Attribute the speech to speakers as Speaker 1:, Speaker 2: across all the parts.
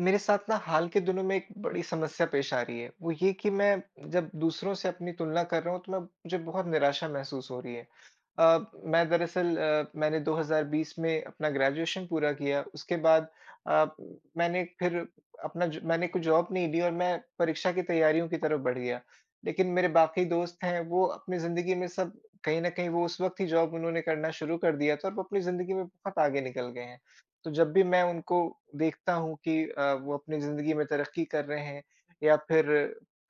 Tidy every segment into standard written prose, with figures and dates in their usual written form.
Speaker 1: मेरे साथ ना हाल के दिनों में एक बड़ी समस्या पेश आ रही है। वो ये कि मैं जब दूसरों से अपनी तुलना कर रहा हूँ तो मैं मुझे बहुत निराशा महसूस हो रही है। अ, मैं दरअसल, मैंने 2020 में अपना ग्रेजुएशन पूरा किया। उसके बाद अ, मैंने फिर अपना ज मैंने कोई जॉब नहीं ली और मैं परीक्षा की तैयारियों की तरफ बढ़ गया। लेकिन मेरे बाकी दोस्त हैं, वो अपनी ज़िंदगी में सब, कहीं न कहीं, वो उस वक़्त ही जॉब उन्होंने करना शुरू कर दिया था और वो अपनी ज़िंदगी में बहुत आगे निकल गए हैं। तो जब भी मैं उनको देखता हूँ कि वो अपनी ज़िंदगी में तरक्की कर रहे हैं या फिर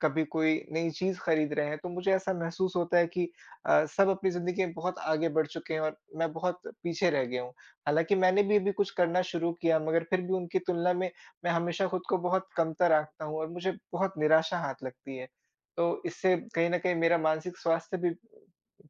Speaker 1: कभी कोई नई चीज़ खरीद रहे हैं, तो मुझे ऐसा महसूस होता है कि सब अपनी ज़िंदगी में बहुत आगे बढ़ चुके हैं और मैं बहुत पीछे रह गया हूँ। हालाँकि मैंने भी अभी कुछ करना शुरू किया मगर फिर भी उनकी तुलना में मैं हमेशा खुद को बहुत कमतर आँकता हूँ और मुझे बहुत निराशा हाथ लगती है। तो इससे कहीं न कहीं मेरा मानसिक स्वास्थ्य भी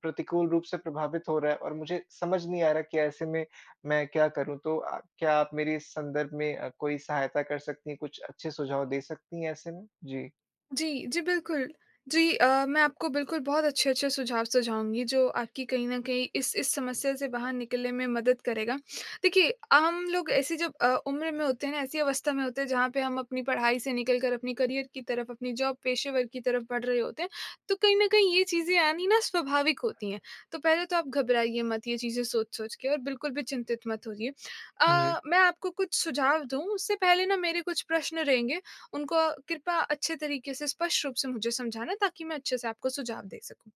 Speaker 1: प्रतिकूल रूप से प्रभावित हो रहा है और मुझे समझ नहीं आ रहा कि ऐसे में मैं क्या करूँ? तो क्या आप मेरी इस संदर्भ में कोई सहायता कर सकती हैं, कुछ अच्छे सुझाव दे सकती हैं ऐसे में? जी।
Speaker 2: जी, जी, बिल्कुल। जी मैं आपको बिल्कुल बहुत अच्छे-अच्छे सुझाव सुझाऊँगी जो आपकी कहीं न कहीं इस समस्या से बाहर निकलने में मदद करेगा। देखिए, हम लोग ऐसी जब उम्र में होते हैं ना, ऐसी अवस्था में होते हैं जहाँ पे हम अपनी पढ़ाई से निकल कर अपनी करियर की तरफ, अपनी जॉब पेशेवर की तरफ बढ़ रहे होते हैं, तो कहीं न कहीं ये चीज़ें आनी ना स्वाभाविक होती हैं। तो पहले तो आप घबराइए मत ये चीज़ें सोच-सोच के और बिल्कुल भी चिंतित मत होइए।
Speaker 1: जी,
Speaker 2: मैं आपको कुछ सुझाव दूँ उससे पहले ना मेरे कुछ प्रश्न रहेंगे उनको कृपया अच्छे तरीके से स्पष्ट रूप से मुझे समझाना ताकि मैं अच्छे से आपको सुझाव दे सकूँ।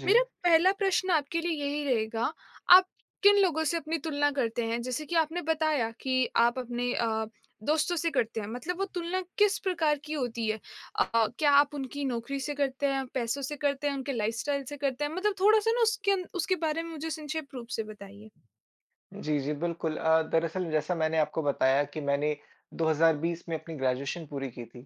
Speaker 1: जी।
Speaker 2: मेरा पहला प्रश्न आपके लिए यही रहेगा, आप किन लोगों से अपनी तुलना करते हैं? जैसे कि आपने बताया कि आप अपने दोस्तों से करते हैं, मतलब वो तुलना किस प्रकार की होती है? क्या आप उनकी नौकरी से करते हैं, पैसों से करते हैं, उनके लाइफ़स्टाइल से करते हैं? मतलब थोड़ा-सा ना उसके अन उसके बारे में मुझे संक्षिप्त रूप से बताइए।
Speaker 1: जी, जी, बिल्कुल। दरअसल जैसा मैंने आपको बताया कि मैंने 2020 में अपनी ग्रेजुएशन पूरी की थी।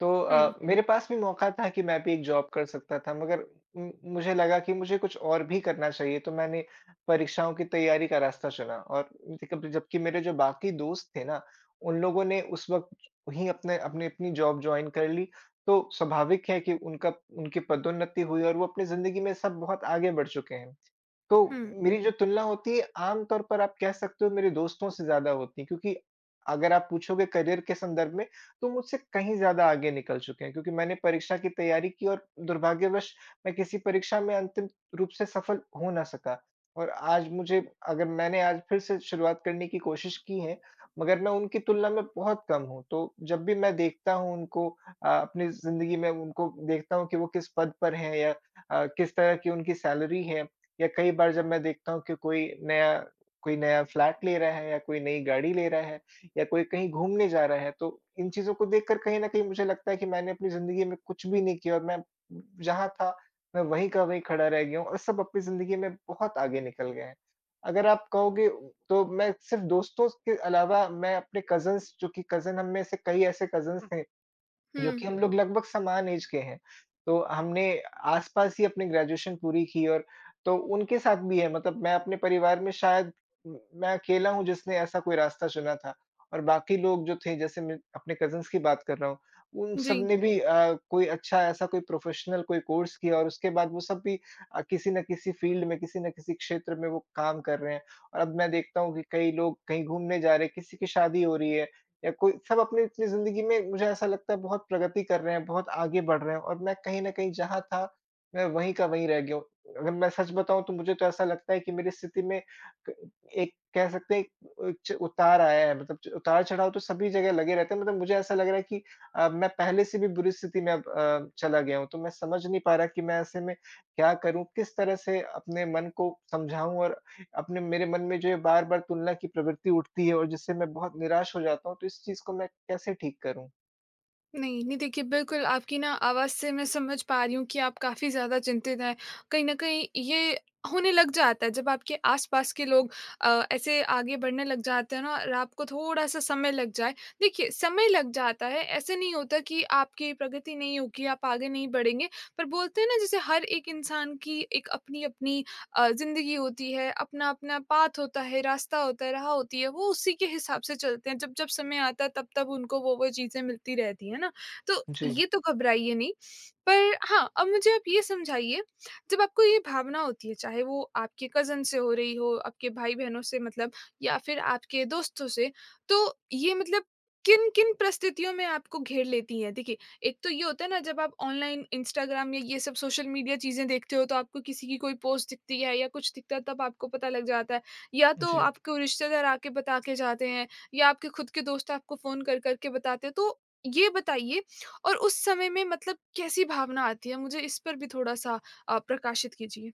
Speaker 1: तो
Speaker 2: हुँ,
Speaker 1: मेरे पास भी मौका था कि मैं भी एक जॉब कर सकता था मगर मुझे लगा कि मुझे कुछ और भी करना चाहिए तो मैंने परीक्षाओं की तैयारी का रास्ता चुना और जब जबकि मेरे जो बाकी दोस्त थे ना, उन लोगों ने उस वक़्त ही अपने अपनी अपनी जॉब जॉइन कर ली। तो स्वाभाविक है कि उनका उनकी पदोन्नति हुई और वो अपनी ज़िंदगी में सब बहुत आगे बढ़ चुके हैं। तो
Speaker 2: हुँ,
Speaker 1: मेरी जो तुलना होती है, आम तौर पर आप कह सकते हो, मेरे दोस्तों से ज़्यादा होती है क्योंकि अगर आप पूछोगे करियर के संदर्भ में तो मुझसे कहीं ज़्यादा आगे निकल चुके हैं क्योंकि मैंने परीक्षा की तैयारी की और दुर्भाग्यवश मैं किसी परीक्षा में अंतिम रूप से सफल हो ना सका। और आज मुझे अगर मैंने आज फिर से शुरुआत करने की कोशिश की है, मगर मैं उनकी तुलना में बहुत कम हूँ। तो जब भी मैं देखता हूँ उनको, अपनी ज़िंदगी में उनको देखता हूँ कि वो किस पद पर हैं या किस तरह की उनकी सैलरी है या कई बार जब मैं देखता हूँ कि कोई नया फ्लैट ले रहा है या कोई नई गाड़ी ले रहा है या कोई कहीं घूमने जा रहा है, तो इन चीज़ों को देखकर कहीं न कहीं मुझे लगता है कि मैंने अपनी ज़िंदगी में कुछ भी नहीं किया और मैं जहाँ था, मैं वहीं का वहीं खड़ा रह गया हूँ और सब अपनी ज़िंदगी में बहुत आगे निकल गए हैं। अगर आप कहोगे तो मैं सिर्फ़ दोस्तों के अलावा मैं अपने कज़िन्स, जो कि कज़िन, हम में से कई ऐसे कज़िन्स थे जो कि
Speaker 2: हुँ।
Speaker 1: हम लोग लगभग समान ऐज के हैं। तो हमने आस-पास ही अपनी ग्रेजुएशन पूरी की और तो उनके साथ भी है, मतलब मैं अपने परिवार में शायद म मैं अकेला हूँ जिसने ऐसा कोई रास्ता चुना था और बाकी लोग जो थे, जैसे मैं अपने कज़िन्स की बात कर रहा हूँ, उन सब
Speaker 2: जी।
Speaker 1: ने भी कोई अच्छा ऐसा कोई प्रोफ़ेशनल कोई कोर्स किया और उसके बाद वो सब भी किसी न किसी फ़ील्ड में, किसी न किसी क्षेत्र में वो काम कर रहे हैं। और अब मैं देखता हूँ कि कई लोग कहीं घूमने जा रहे हैं, किसी की शादी हो रही है या कोई सब अपनी-अपनी ज़िंदगी में, मुझे ऐसा लगता है, बहुत प्रगति कर रहे हैं, बहुत आगे बढ़ रहे हैं और मैं कहीं न कहीं जहाँ था, मैं वहीं का वहीं रह गया हूँ। अगर मैं सच बताऊँ तो मुझे तो ऐसा लगता है कि मेरी स्थिति में क एक कह सकते हैं, एक च उतार आया है, मतलब च उतार-चढ़ाव तो सभी जगह लगे रहते हैं। मतलब मुझे ऐसा लग रहा है कि मैं पहले से भी बुरी स्थिति में अब चला गया हूँ। तो मैं समझ नहीं पा रहा कि मैं ऐसे में क्या करूँ? किस तरह से अपने मन को समझाऊँ और अपने मेरे मन में जो है बार-बार तुलना की प्रवृत्ति उठती है और जिससे मैं बहुत निराश हो जाता हूँ, तो इस चीज़ को मैं कैसे ठीक करूँ?
Speaker 2: नहीं, नहीं देखिए बिल्कुल आपकी ना आवाज़ से मैं समझ पा रही हूँ कि आप काफ़ी ज़्यादा चिंतित हैं। कहीं न कहीं ये होने लग जाता है जब आपके आस-पास के लोग ऐसे आगे बढ़ने लग जाते हैं ना और आपको थोड़ा-सा समय लग जाए। देखिए समय लग जाता है, ऐसे नहीं होता कि आपकी प्रगति नहीं होगी, आप आगे नहीं बढ़ेंगे। पर बोलते हैं ना जैसे हर एक इंसान की एक अपनी-अपनी ज़िंदगी होती है, अपना-अपना पाथ होता है, रास्ता होता है, राह होती है, वो उसी के हिसाब से चलते हैं। जब-जब समय आता है तब-तब उनको वो-वो चीज़ें मिलती रहती हैं ना, तो
Speaker 1: जी,
Speaker 2: ये तो घबराइए नहीं। पर हाँ, अब मुझे आप ये समझाइए, जब आपको ये भावना होती है, चाहे वो आपके कज़न से हो रही हो, आपके भाई-बहनों से मतलब या फिर आपके दोस्तों से, तो ये मतलब किन-किन परिस्थितियों में आपको घेर लेती है? देखिए एक तो ये होता है ना जब आप ऑनलाइन इंस्टाग्राम या ये सब सोशल मीडिया चीज़ें देखते हो तो आपको किसी की कोई पोस्ट दिखती है या कुछ दिखता है तब आपको पता लग जाता है। या तो
Speaker 1: जी।
Speaker 2: आपको रिश्तेदार आके बता के जाते हैं या आपके खुद के दोस्त आपको फ़ोन कर कर के बताते हैं। तो ये बताइए और उस समय में मतलब कैसी भावना आती है? मुझे इस पर भी थोड़ा-सा प्रकाशित कीजिए।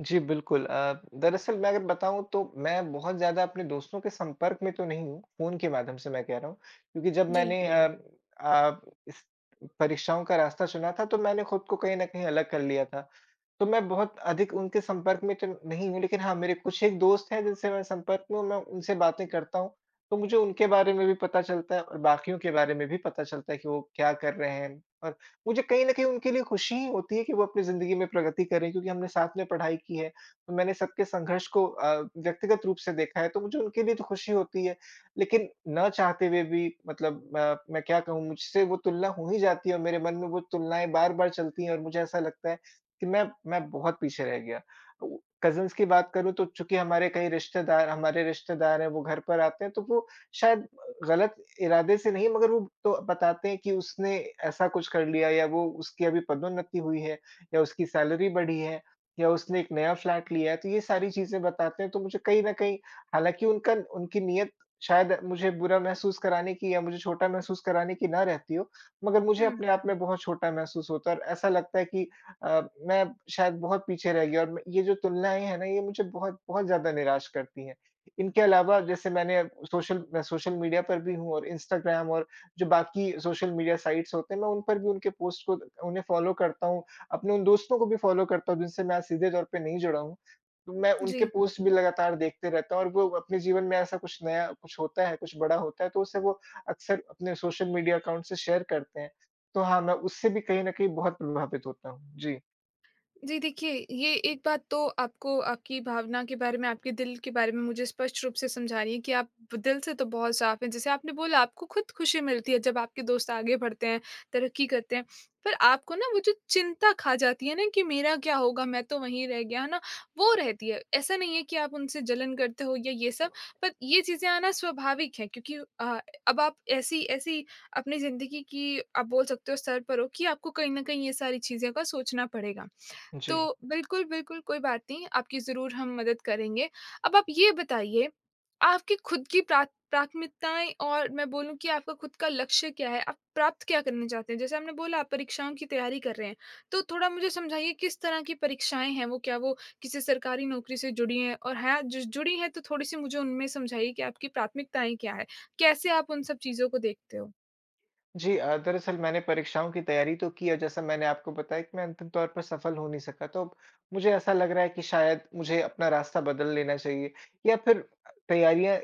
Speaker 1: जी, बिल्कुल, दरअसल मैं अगर बताऊँ तो मैं बहुत ज़्यादा अपने दोस्तों के संपर्क में तो नहीं हूँ, फ़ोन के माध्यम से मैं कह रहा हूँ। क्योंकि जब
Speaker 2: जी।
Speaker 1: मैंने, जी, अ, इस परीक्षाओं का रास्ता चुना था तो मैंने खुद को कहीं न कहीं अलग कर लिया था। तो मैं बहुत अधिक उनके संपर्क में तो नहीं हूँ, लेकिन हाँ, मेरे कुछ एक दोस्त हैं जिनसे मैं संपर्क में हूँ, मैं उनसे बातें करता हूँ। तो मुझे उनके बारे में भी पता चलता है और बाकियों के बारे में भी पता चलता है कि वो क्या कर रहे हैं और मुझे कहीं न कहीं उनके लिए खुशी ही होती है कि वो अपनी ज़िंदगी में प्रगति कर रहे हैं क्योंकि हमने साथ में पढ़ाई की है। तो मैंने सबके संघर्ष को व्यक्तिगत रूप से देखा है, तो मुझे उनके लिए तो खुशी होती है। लेकिन ना चाहते हुए भी, मतलब, मैं क्या कहूँ, मुझसे वो तुलना हो ही जाती है और मेरे मन में वो तुलनाएँ बार-बार चलती हैं और मुझे ऐसा लगता है कि मैं बहुत पीछे रह गया। उ कज़िन्स की बात करूँ तो चूँकि हमारे कई रिश्तेदार, हमारे रिश्तेदार हैं वो घर पर आते हैं तो वो शायद गलत इरादे से नहीं, मगर वो तो बताते हैं कि उसने ऐसा कुछ कर लिया या वो उसकी अभी पदोन्नति हुई है या उसकी सैलरी बढ़ी है या उसने एक नया फ्लैट लिया है, तो ये सारी चीज़ें बताते हैं। तो मुझे कहीं न कहीं, हालाँकि उनका उनकी नीयत शायद मुझे बुरा महसूस कराने की या मुझे छोटा महसूस कराने की ना रहती हो, मगर मुझे
Speaker 2: हुँ।
Speaker 1: अपने आप में बहुत छोटा महसूस होता है और ऐसा लगता है कि अ, मैं शायद बहुत पीछे रह गया और ये जो तुलनाएँ हैं ना, ये मुझे बहुत बहुत ज़्यादा निराश करती हैं। इनके अलावा, जैसे मैं सोशल मीडिया पर भी हूँ और इंस्टाग्राम और जो बाकी सोशल मीडिया साइट्स होते हैं, मैं उन पर भी उनके पोस्ट को उन्हें फ़ॉलो करता हूँ। अपने उन दोस्तों को भी फ़ॉलो करता हूँ जिनसे मैं आज सीधे तौर पे नहीं जुड़ा हूँ। तो मैं उनके
Speaker 2: जी।
Speaker 1: पोस्ट भी लगातार देखते रहता हूँ और वो अपने जीवन में ऐसा कुछ नया कुछ होता है, कुछ बड़ा होता है तो उसे वो अक्सर अपने सोशल मीडिया अकाउंट से शेयर करते हैं। तो हाँ, मैं उससे भी कहीं न कहीं बहुत प्रभावित होता हूँ। जी,
Speaker 2: जी देखिए, ये एक बात तो आपको आपकी भावना के बारे में, आपके दिल के बारे में मुझे स्पष्ट रूप से समझानी है कि आप दिल से तो बहुत साफ़ हैं। जैसे आपने बोला आपको खुद खुशी मिलती है जब आपके दोस्त आगे बढ़ते हैं, तरक्की करते हैं। पर आपको ना वो जो चिंता खा जाती है ना कि मेरा क्या होगा? मैं तो वहीं रह गया, है ना? वो रहती है। ऐसा नहीं है कि आप उनसे जलन करते हो या ये सब, पर ये चीज़ें आना स्वाभाविक है क्योंकि अब आप ऐसी ऐसी अपनी ज़िंदगी की आप बोल सकते हो स्तर पर हो कि आपको कहीं न कहीं ये सारी चीज़ों का सोचना पड़ेगा।
Speaker 1: जी।
Speaker 2: तो बिल्कुल, बिल्कुल, कोई बात नहीं, आपकी ज़रूर हम मदद करेंगे। अब आप ये बताइए, आपकी खुद की प्राथमिकताएँ और मैं बोलूँ कि आपका खुद का लक्ष्य क्या है? आप प्राप्त क्या करना चाहते हैं? जैसे आपने बोला आप परीक्षाओं की तैयारी कर रहे हैं, तो थोड़ा मुझे समझाइए किस तरह की परीक्षाएँ हैं वो? क्या वो किसी सरकारी नौकरी से जुड़ी हैं? और हैं जो जुड़ी हैं तो थोड़ी-सी मुझे उनमें समझाइए कि आपकी प्राथमिकताएँ क्या हैं? कैसे आप उन सब चीज़ों को देखते हो?
Speaker 1: जी दरअसल मैंने परीक्षाओं की तैयारी तो की और जैसा मैंने आपको बताया कि मैं अंतिम तौर पर सफल हो नहीं सका तो अब मुझे ऐसा लग रहा है कि शायद मुझे अपना रास्ता बदल लेना चाहिए या फिर तैयारियां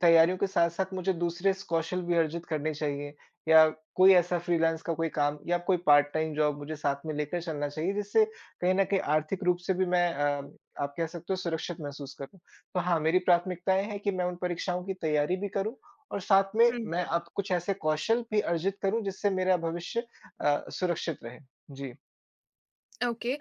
Speaker 1: तैयारियों के साथ साथ मुझे दूसरे कौशल भी अर्जित करने चाहिए या कोई ऐसा फ्रीलांस का कोई काम या कोई पार्ट टाइम जॉब मुझे साथ में लेकर चलना चाहिए जिससे कहीं ना कहीं आर्थिक रूप से भी मैं, आप कह सकते हो, सुरक्षित महसूस करूं, तो हाँ, मेरी प्राथमिकताएं हैं कि मैं उन परीक्षाओं की तैयारी भी करूं और साथ में
Speaker 2: हुँ।
Speaker 1: मैं अब कुछ ऐसे कौशल भी अर्जित करूँ जिससे मेरा भविष्य सुरक्षित रहे। जी।
Speaker 2: ओके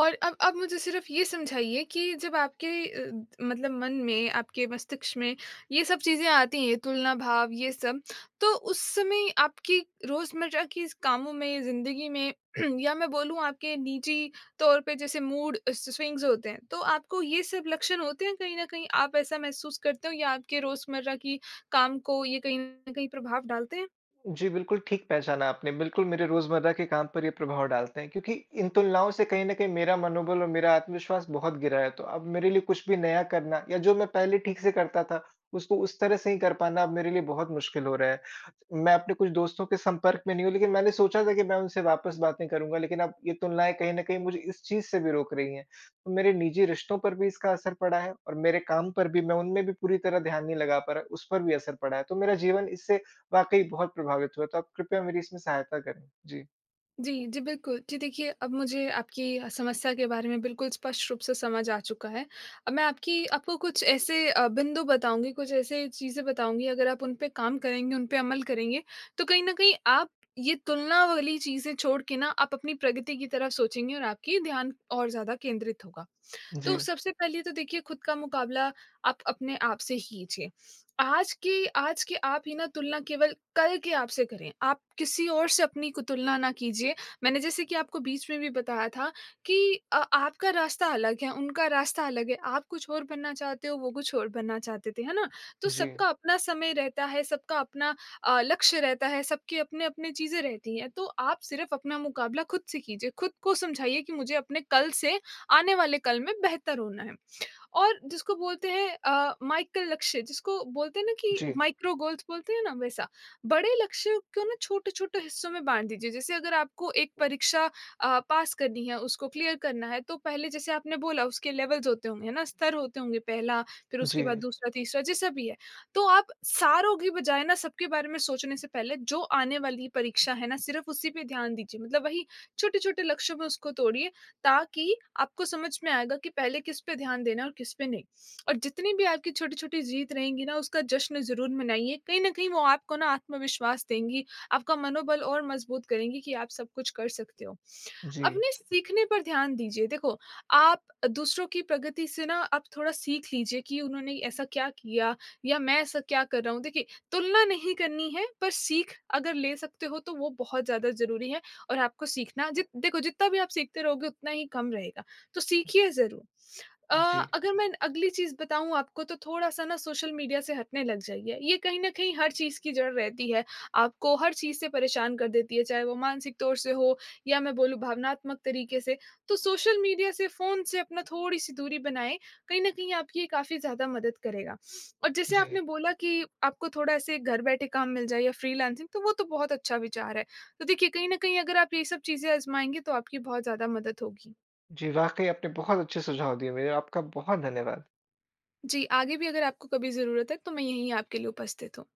Speaker 2: और अब मुझे सिर्फ ये समझाइए कि जब आपके मतलब मन में, आपके मस्तिष्क में ये सब चीज़ें आती हैं, तुलना भाव ये सब, तो उस समय आपकी रोज़मर्रा की इस कामों में, ज़िंदगी में या मैं बोलूँ आपके निजी तौर पे जैसे मूड स स्विंग्स होते हैं, तो आपको ये सब लक्षण होते हैं कहीं न कहीं? आप ऐसा महसूस करते हो या आपके रोज़मर्रा की काम को ये कहीं न कहीं प्रभाव डालते हैं?
Speaker 1: जी, बिल्कुल ठीक पहचाना आपने। बिल्कुल मेरे रोज़मर्रा के काम पर ये प्रभाव डालते हैं क्योंकि इन तुलनाओं से कहीं न कहीं मेरा मनोबल और मेरा आत्मविश्वास बहुत गिरा है। तो अब मेरे लिए कुछ भी नया करना या जो मैं पहले ठीक से करता था, उसको उस तरह से ही कर पाना अब मेरे लिए बहुत मुश्किल हो रहा है। मैं अपने कुछ दोस्तों के संपर्क में नहीं हूँ, लेकिन मैंने सोचा था कि मैं उनसे वापस बातें करूँगा, लेकिन अब ये तुलनाएँ कहीं न कहीं मुझे इस चीज़ से भी रोक रही हैं। तो मेरे निजी रिश्तों पर भी इसका असर पड़ा है और मेरे काम पर भी, मैं उनमें भी पूरी तरह ध्यान नहीं लगा पा रहा, उस पर भी असर पड़ा है। तो मेरा जीवन इससे वाक़ई बहुत प्रभावित हुआ, तो आप कृपया मेरी इसमें सहायता करें। जी,
Speaker 2: जी, जी, बिल्कुल। जी, देखिए अब मुझे आपकी समस्या के बारे में बिल्कुल स्पष्ट रूप से समझ आ चुका है। अब मैं आपकी आपको कुछ ऐसे बिंदु बताऊँगी, कुछ ऐसे चीज़ें बताऊँगी, अगर आप उन पे काम करेंगे, उन पे अमल करेंगे, तो कहीं न कहीं आप ये तुलना वाली चीज़ें छोड़ के ना, आप अपनी प्रगति की तरफ सोचेंगे और आपकी ध्यान और ज़्यादा केंद्रित होगा।
Speaker 1: जी,
Speaker 2: तो सबसे पहले तो देखिए खुद का मुकाबला आप अपने आप से ही कीजिए। आज की आप ही ना तुलना केवल कल के आप से करें। आप किसी और से अपनी को तुलना ना कीजिए। मैंने जैसे कि आपको बीच में भी बताया था कि आपका रास्ता अलग है, उनका रास्ता अलग है। आप कुछ और बनना चाहते हो, वो कुछ और बनना चाहते थे, है ना? तो
Speaker 1: जी,
Speaker 2: सबका अपना समय रहता है, सबका अपना लक्ष्य रहता है, सबके अपने-अपने चीज़ें रहती हैं। तो आप सिर्फ़ अपना मुकाबला खुद से कीजिए। खुद को समझाइए कि मुझे अपने कल से आने वाले कल में बेहतर होना है। और जिसको बोलते हैं माइक्रो लक्ष्य जिसको बोलते हैं ना कि
Speaker 1: जी,
Speaker 2: माइक्रो गोल्स बोलते हैं ना वैसा। बड़े लक्ष्य को ना छोटे-छोटे हिस्सों में बाँट दीजिए। जैसे अगर आपको एक परीक्षा पास करनी है, उसको क्लियर करना है तो पहले जैसे आपने बोला उसके लेवल्स होते होंगे, है ना? स्तर होते होंगे पहला, फिर
Speaker 1: जी,
Speaker 2: उसके बाद दूसरा, तीसरा जैसा भी है। तो आप सारों की बजाय ना सबके बारे में सोचने से पहले जो आने वाली परीक्षा है ना सिर्फ़ उसी पे ध्यान दीजिए। मतलब वही छोटे-छोटे लक्ष्यों में उसको तोड़िए ताकि आपको समझ में आएगा कि पहले किस पे ध्यान देना है और किस पे नहीं। और जितनी भी आपकी छोटी-छोटी जीत रहेंगी ना, उसका जश्न ज़रूर मनाइए। कहीं न कहीं वो आपको ना आत्मविश्वास देंगी, आपका मनोबल और मजबूत करेंगी कि आप सब कुछ कर सकते हो।
Speaker 1: जी,
Speaker 2: अपने सीखने पर ध्यान दीजिए। देखो, आप दूसरों की प्रगति से ना आप थोड़ा सीख लीजिए कि उन्होंने ऐसा क्या किया या मैं ऐसा क्या कर रहा हूँ। देखिए, तुलना नहीं करनी है पर सीख अगर ले सकते हो तो वो बहुत ज़्यादा ज़रूरी है और आपको सीखना जित देखो जितना भी आप सीखते रहोगे उतना ही कम रहेगा, तो सीखिए ज़रूर। अ,
Speaker 1: जी,
Speaker 2: अगर मैं अगली चीज़ बताऊँ आपको तो थोड़ा-सा ना सोशल मीडिया से हटने लग जाइए। ये कहीं न कहीं हर चीज़ की जड़ रहती है। आपको हर चीज़ से परेशान कर देती है, चाहे वो मानसिक तौर से हो या मैं बोलूँ भावनात्मक तरीके से। तो सोशल मीडिया से, फ़ोन से अपना थोड़ी-सी दूरी बनाएँ, कहीं न कहीं आपकी ये काफ़ी ज़्यादा मदद करेगा। और जैसे
Speaker 1: जी,
Speaker 2: आपने बोला कि आपको थोड़ा ऐसे घर बैठे काम मिल जाए या फ्रीलांसिंग तो वो तो बहुत अच्छा विचार है। तो देखिए कहीं न कहीं अगर आप ये सब चीज़ें आज़माएँगे तो आपकी बहुत ज़्यादा मदद होगी।
Speaker 1: जी, वाक़ई आपने बहुत अच्छे सुझाव दिए मेरे, आपका बहुत धन्यवाद।
Speaker 2: जी, आगे भी अगर आपको कभी ज़रूरत है तो मैं यहीं आपके लिए उपस्थित हूँ।